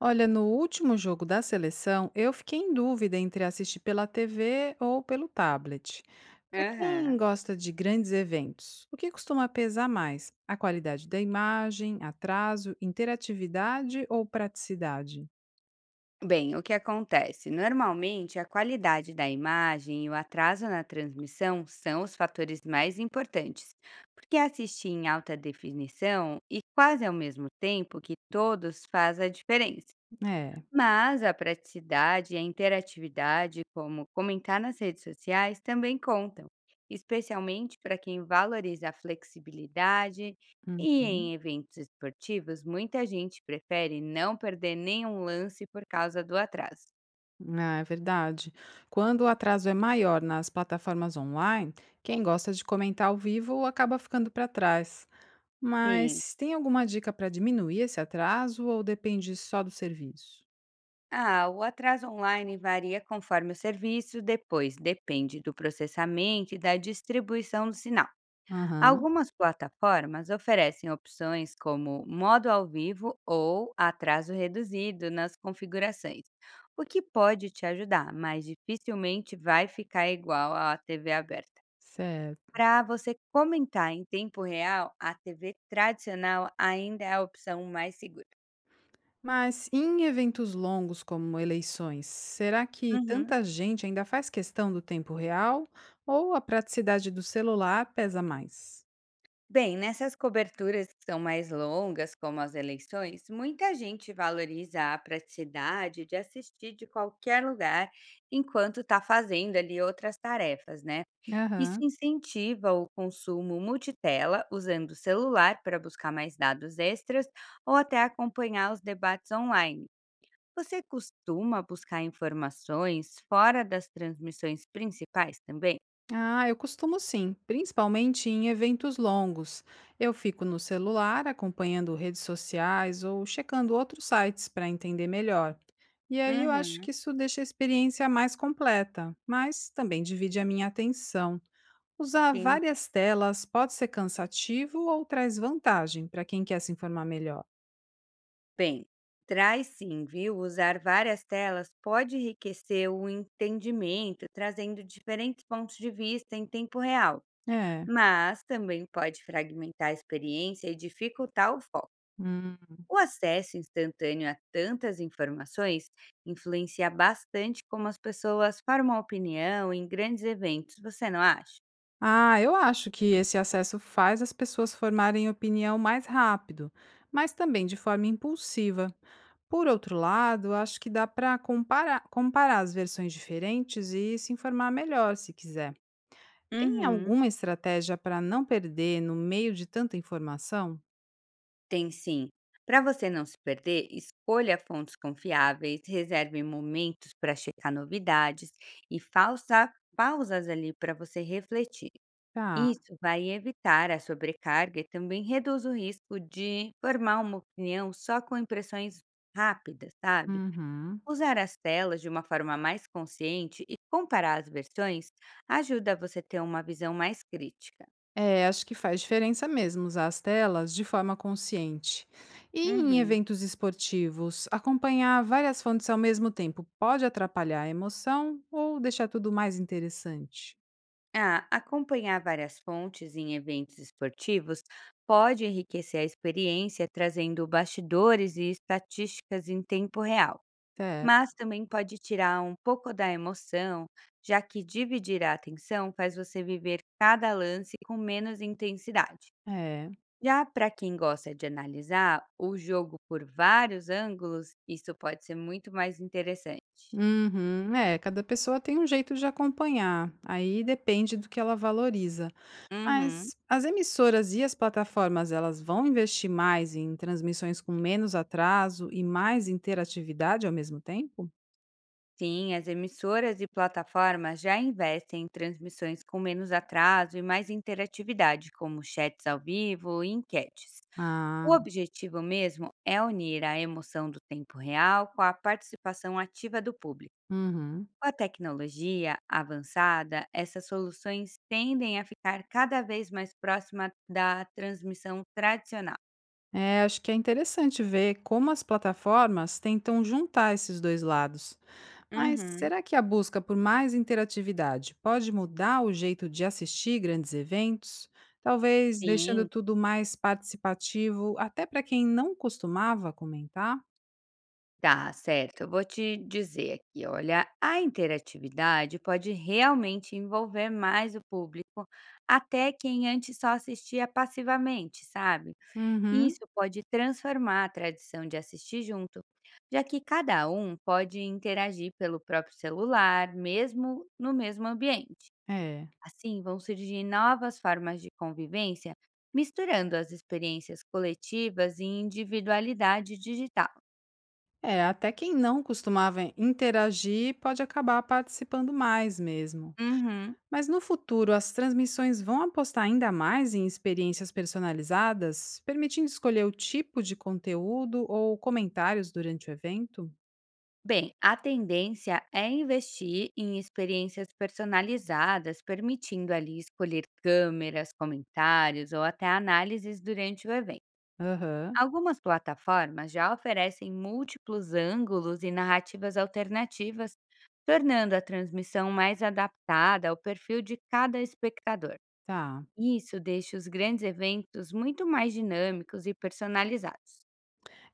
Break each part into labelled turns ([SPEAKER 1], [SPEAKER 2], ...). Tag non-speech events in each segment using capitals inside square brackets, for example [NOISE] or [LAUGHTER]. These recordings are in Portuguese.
[SPEAKER 1] Olha, no último jogo da seleção, eu fiquei em dúvida entre assistir pela TV ou pelo tablet. Para quem
[SPEAKER 2] Aham.
[SPEAKER 1] gosta de grandes eventos, o que costuma pesar mais? A qualidade da imagem, atraso, interatividade ou praticidade?
[SPEAKER 2] Bem, o que acontece? Normalmente, a qualidade da imagem e o atraso na transmissão são os fatores mais importantes, porque é assistir em alta definição e quase ao mesmo tempo que todos faz a diferença.
[SPEAKER 1] É.
[SPEAKER 2] Mas a praticidade e a interatividade, como comentar nas redes sociais, também contam, especialmente para quem valoriza a flexibilidade. E
[SPEAKER 1] Uhum.
[SPEAKER 2] em eventos esportivos, muita gente prefere não perder nenhum lance por causa do atraso.
[SPEAKER 1] Ah, é verdade. Quando o atraso é maior nas plataformas online, quem gosta de comentar ao vivo acaba ficando para trás.
[SPEAKER 2] Sim.
[SPEAKER 1] Mas tem alguma dica para diminuir esse atraso ou depende só do serviço?
[SPEAKER 2] Ah, o atraso online varia conforme o serviço, depois depende do processamento e da distribuição do sinal.
[SPEAKER 1] Aham,
[SPEAKER 2] Algumas plataformas oferecem opções como modo ao vivo ou atraso reduzido nas configurações, o que pode te ajudar, mas dificilmente vai ficar igual à TV aberta.
[SPEAKER 1] certo.
[SPEAKER 2] Para você comentar em tempo real, a TV tradicional ainda é a opção mais segura.
[SPEAKER 1] Mas em eventos longos como eleições, será que
[SPEAKER 2] Uhum.
[SPEAKER 1] tanta gente ainda faz questão do tempo real ou a praticidade do celular pesa mais?
[SPEAKER 2] Bem, nessas coberturas que são mais longas, como as eleições, muita gente valoriza a praticidade de assistir de qualquer lugar enquanto está fazendo ali outras tarefas, né? Isso
[SPEAKER 1] Aham.
[SPEAKER 2] incentiva o consumo multitela, usando o celular para buscar mais dados extras ou até acompanhar os debates online. Você costuma buscar informações fora das transmissões principais também?
[SPEAKER 1] Ah, eu costumo sim, principalmente em eventos longos. Eu fico no celular acompanhando redes sociais ou checando outros sites para entender melhor. E aí eu acho
[SPEAKER 2] Uhum,
[SPEAKER 1] que isso deixa a experiência mais completa, mas também divide a minha atenção. Usar
[SPEAKER 2] entendi.
[SPEAKER 1] várias telas pode ser cansativo ou traz vantagem para quem quer se informar melhor?
[SPEAKER 2] Bem, traz sim, viu? Usar várias telas pode enriquecer o entendimento, trazendo diferentes pontos de vista em tempo real,
[SPEAKER 1] É.
[SPEAKER 2] mas também pode fragmentar a experiência e dificultar o foco.
[SPEAKER 1] Hum.
[SPEAKER 2] O acesso instantâneo a tantas informações influencia bastante como as pessoas formam opinião em grandes eventos, você não acha?
[SPEAKER 1] Ah, eu acho que esse acesso faz as pessoas formarem opinião mais rápido, mas também de forma impulsiva. Por outro lado, acho que dá para comparar as versões diferentes e se informar melhor se quiser. Tem
[SPEAKER 2] Uhum.
[SPEAKER 1] alguma estratégia para não perder no meio de tanta informação?
[SPEAKER 2] Tem sim. Para você não se perder, escolha fontes confiáveis, reserve momentos para checar novidades e faça pausas ali para você refletir.
[SPEAKER 1] Tá.
[SPEAKER 2] Isso vai evitar a sobrecarga e também reduz o risco de formar uma opinião só com impressões rápidas, sabe?
[SPEAKER 1] Uhum.
[SPEAKER 2] Usar as telas de uma forma mais consciente e comparar as versões ajuda você a ter uma visão mais crítica.
[SPEAKER 1] É, acho que faz diferença mesmo usar as telas de forma consciente. E em
[SPEAKER 2] Uhum.
[SPEAKER 1] eventos esportivos, acompanhar várias fontes ao mesmo tempo pode atrapalhar a emoção ou deixar tudo mais interessante?
[SPEAKER 2] Ah, acompanhar várias fontes em eventos esportivos pode enriquecer a experiência, trazendo bastidores e estatísticas em tempo real,
[SPEAKER 1] Certo.
[SPEAKER 2] mas também pode tirar um pouco da emoção, já que dividir a atenção faz você viver cada lance com menos intensidade.
[SPEAKER 1] É.
[SPEAKER 2] Já para quem gosta de analisar o jogo por vários ângulos, isso pode ser muito mais interessante.
[SPEAKER 1] Uhum, é, cada pessoa tem um jeito de acompanhar, aí depende do que ela valoriza.
[SPEAKER 2] Uhum.
[SPEAKER 1] Mas as emissoras e as plataformas, elas vão investir mais em transmissões com menos atraso e mais interatividade ao mesmo tempo?
[SPEAKER 2] Sim, as emissoras e plataformas já investem em transmissões com menos atraso e mais interatividade, como chats ao vivo e enquetes.
[SPEAKER 1] Ah,
[SPEAKER 2] O objetivo mesmo é unir a emoção do tempo real com a participação ativa do público.
[SPEAKER 1] uhum.
[SPEAKER 2] Com a tecnologia avançada, essas soluções tendem a ficar cada vez mais próxima da transmissão tradicional.
[SPEAKER 1] É, acho que é interessante ver como as plataformas tentam juntar esses dois lados. Mas
[SPEAKER 2] Uhum.
[SPEAKER 1] será que a busca por mais interatividade pode mudar o jeito de assistir grandes eventos? Talvez deixando
[SPEAKER 2] Sim.
[SPEAKER 1] tudo mais participativo, até para quem não costumava comentar?
[SPEAKER 2] Tá, certo. Eu vou te dizer aqui, olha, a interatividade pode realmente envolver mais o público, até quem antes só assistia passivamente, sabe?
[SPEAKER 1] Uhum,
[SPEAKER 2] Isso pode transformar a tradição de assistir junto, já que cada um pode interagir pelo próprio celular, mesmo no mesmo ambiente.
[SPEAKER 1] é.
[SPEAKER 2] Assim, vão surgir novas formas de convivência, misturando as experiências coletivas e individualidade digital.
[SPEAKER 1] É, até quem não costumava interagir pode acabar participando mais mesmo.
[SPEAKER 2] Uhum.
[SPEAKER 1] Mas no futuro, as transmissões vão apostar ainda mais em experiências personalizadas, permitindo escolher o tipo de conteúdo ou comentários durante o evento?
[SPEAKER 2] Bem, a tendência é investir em experiências personalizadas, permitindo ali escolher câmeras, comentários ou até análises durante o evento.
[SPEAKER 1] Aham,
[SPEAKER 2] Algumas plataformas já oferecem múltiplos ângulos e narrativas alternativas, tornando a transmissão mais adaptada ao perfil de cada espectador.
[SPEAKER 1] tá.
[SPEAKER 2] Isso deixa os grandes eventos muito mais dinâmicos e personalizados.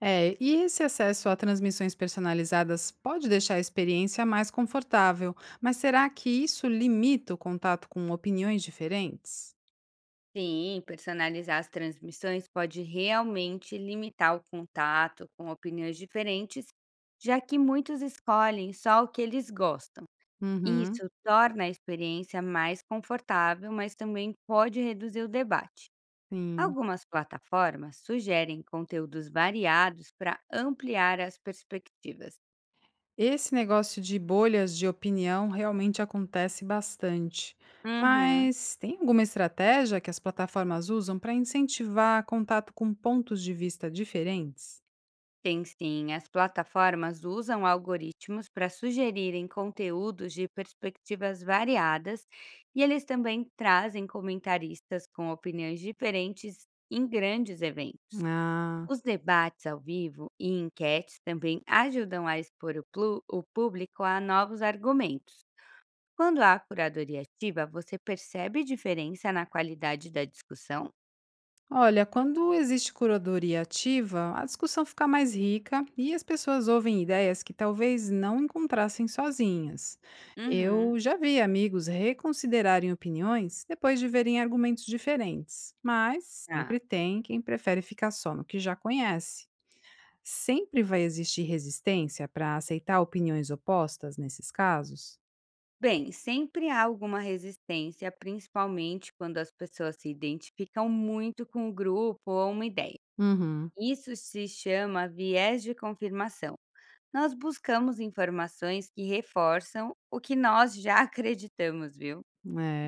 [SPEAKER 1] É, e esse acesso a transmissões personalizadas pode deixar a experiência mais confortável, mas será que isso limita o contato com opiniões diferentes?
[SPEAKER 2] Sim, personalizar as transmissões pode realmente limitar o contato com opiniões diferentes, já que muitos escolhem só o que eles gostam.
[SPEAKER 1] Uhum,
[SPEAKER 2] Isso torna a experiência mais confortável, mas também pode reduzir o debate.
[SPEAKER 1] sim.
[SPEAKER 2] Algumas plataformas sugerem conteúdos variados para ampliar as perspectivas.
[SPEAKER 1] Esse negócio de bolhas de opinião realmente acontece bastante.
[SPEAKER 2] Uhum.
[SPEAKER 1] Mas tem alguma estratégia que as plataformas usam para incentivar contato com pontos de vista diferentes?
[SPEAKER 2] Tem sim, as plataformas usam algoritmos para sugerirem conteúdos de perspectivas variadas e eles também trazem comentaristas com opiniões diferentes em grandes eventos.
[SPEAKER 1] Ah.
[SPEAKER 2] Os debates ao vivo e enquetes também ajudam a expor o público a novos argumentos. Quando há curadoria ativa, você percebe diferença na qualidade da discussão?
[SPEAKER 1] Olha, quando existe curadoria ativa, a discussão fica mais rica e as pessoas ouvem ideias que talvez não encontrassem sozinhas.
[SPEAKER 2] Uhum.
[SPEAKER 1] Eu já vi amigos reconsiderarem opiniões depois de verem argumentos diferentes, mas
[SPEAKER 2] Ah.
[SPEAKER 1] sempre tem quem prefere ficar só no que já conhece. Sempre vai existir resistência para aceitar opiniões opostas nesses casos?
[SPEAKER 2] Bem, sempre há alguma resistência, principalmente quando as pessoas se identificam muito com o grupo ou uma ideia.
[SPEAKER 1] Uhum.
[SPEAKER 2] Isso se chama viés de confirmação. Nós buscamos informações que reforçam o que nós já [LAUGHS] acreditamos, viu?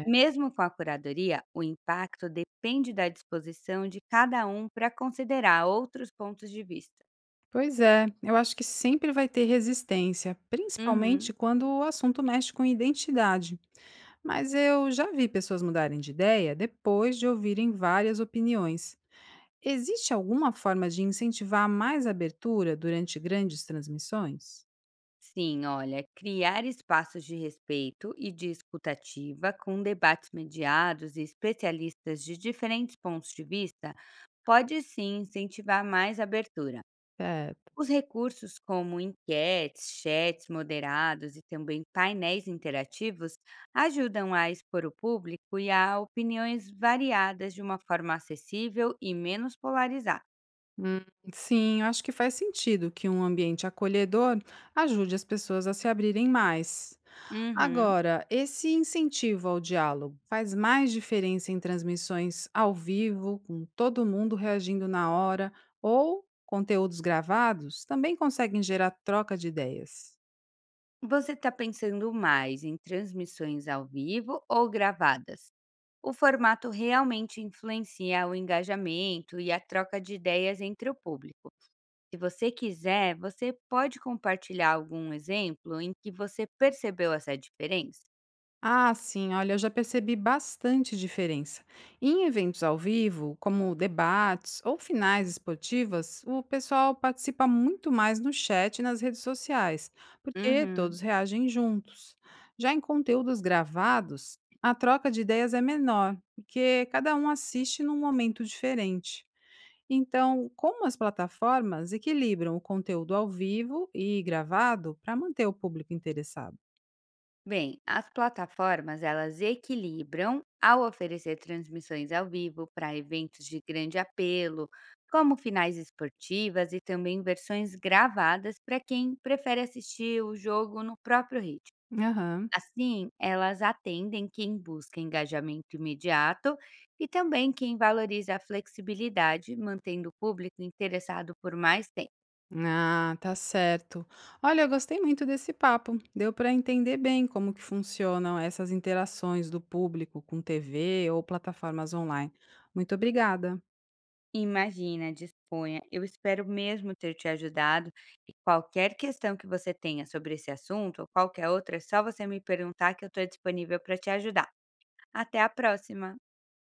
[SPEAKER 2] Mesmo com a curadoria, o impacto depende da disposição de cada um para considerar outros pontos de vista.
[SPEAKER 1] Pois é, eu acho que sempre vai ter resistência,
[SPEAKER 2] Uhum.
[SPEAKER 1] principalmente quando o assunto mexe com identidade. Mas eu já vi pessoas mudarem de ideia depois de ouvirem várias opiniões. Existe alguma forma de incentivar mais abertura durante grandes transmissões?
[SPEAKER 2] Sim, olha, criar espaços de respeito e de escuta com debates mediados e especialistas de diferentes pontos de vista pode sim incentivar mais abertura.
[SPEAKER 1] É,
[SPEAKER 2] Os recursos como enquetes, chats moderados e também painéis interativos ajudam a expor o público e a opiniões variadas de uma forma acessível e menos polarizada.
[SPEAKER 1] hum, sim, eu acho que faz sentido que um ambiente acolhedor ajude as pessoas a se abrirem mais.
[SPEAKER 2] Uhum.
[SPEAKER 1] Agora, esse incentivo ao diálogo faz mais diferença em transmissões ao vivo, com todo mundo reagindo na hora, ou conteúdos gravados também conseguem gerar troca de ideias?
[SPEAKER 2] Você está pensando mais em transmissões ao vivo ou gravadas? O formato realmente influencia o engajamento e a troca de ideias entre o público. Se você quiser, você pode compartilhar algum exemplo em que você percebeu essa diferença?
[SPEAKER 1] Ah, sim, olha, eu já percebi bastante diferença. Em eventos ao vivo, como debates ou finais esportivas, o pessoal participa muito mais no chat e nas redes sociais, porque
[SPEAKER 2] Uhum.
[SPEAKER 1] todos reagem juntos. Já em conteúdos gravados, a troca de ideias é menor, porque cada um assiste num momento diferente. Então, como as plataformas equilibram o conteúdo ao vivo e gravado para manter o público interessado?
[SPEAKER 2] Bem, as plataformas elas equilibram ao oferecer transmissões ao vivo para eventos de grande apelo, como finais esportivas e também versões gravadas para quem prefere assistir o jogo no próprio ritmo.
[SPEAKER 1] Aham.
[SPEAKER 2] Assim, elas atendem quem busca engajamento imediato e também quem valoriza a flexibilidade, mantendo o público interessado por mais tempo.
[SPEAKER 1] Ah, tá certo. Olha, eu gostei muito desse papo. Deu para entender bem como que funcionam essas interações do público com TV ou plataformas online. Muito obrigada.
[SPEAKER 2] Imagina, disponha. Eu espero mesmo ter te ajudado e qualquer questão que você tenha sobre esse assunto ou qualquer outra, é só você me perguntar que eu estou disponível para te ajudar. Até a próxima!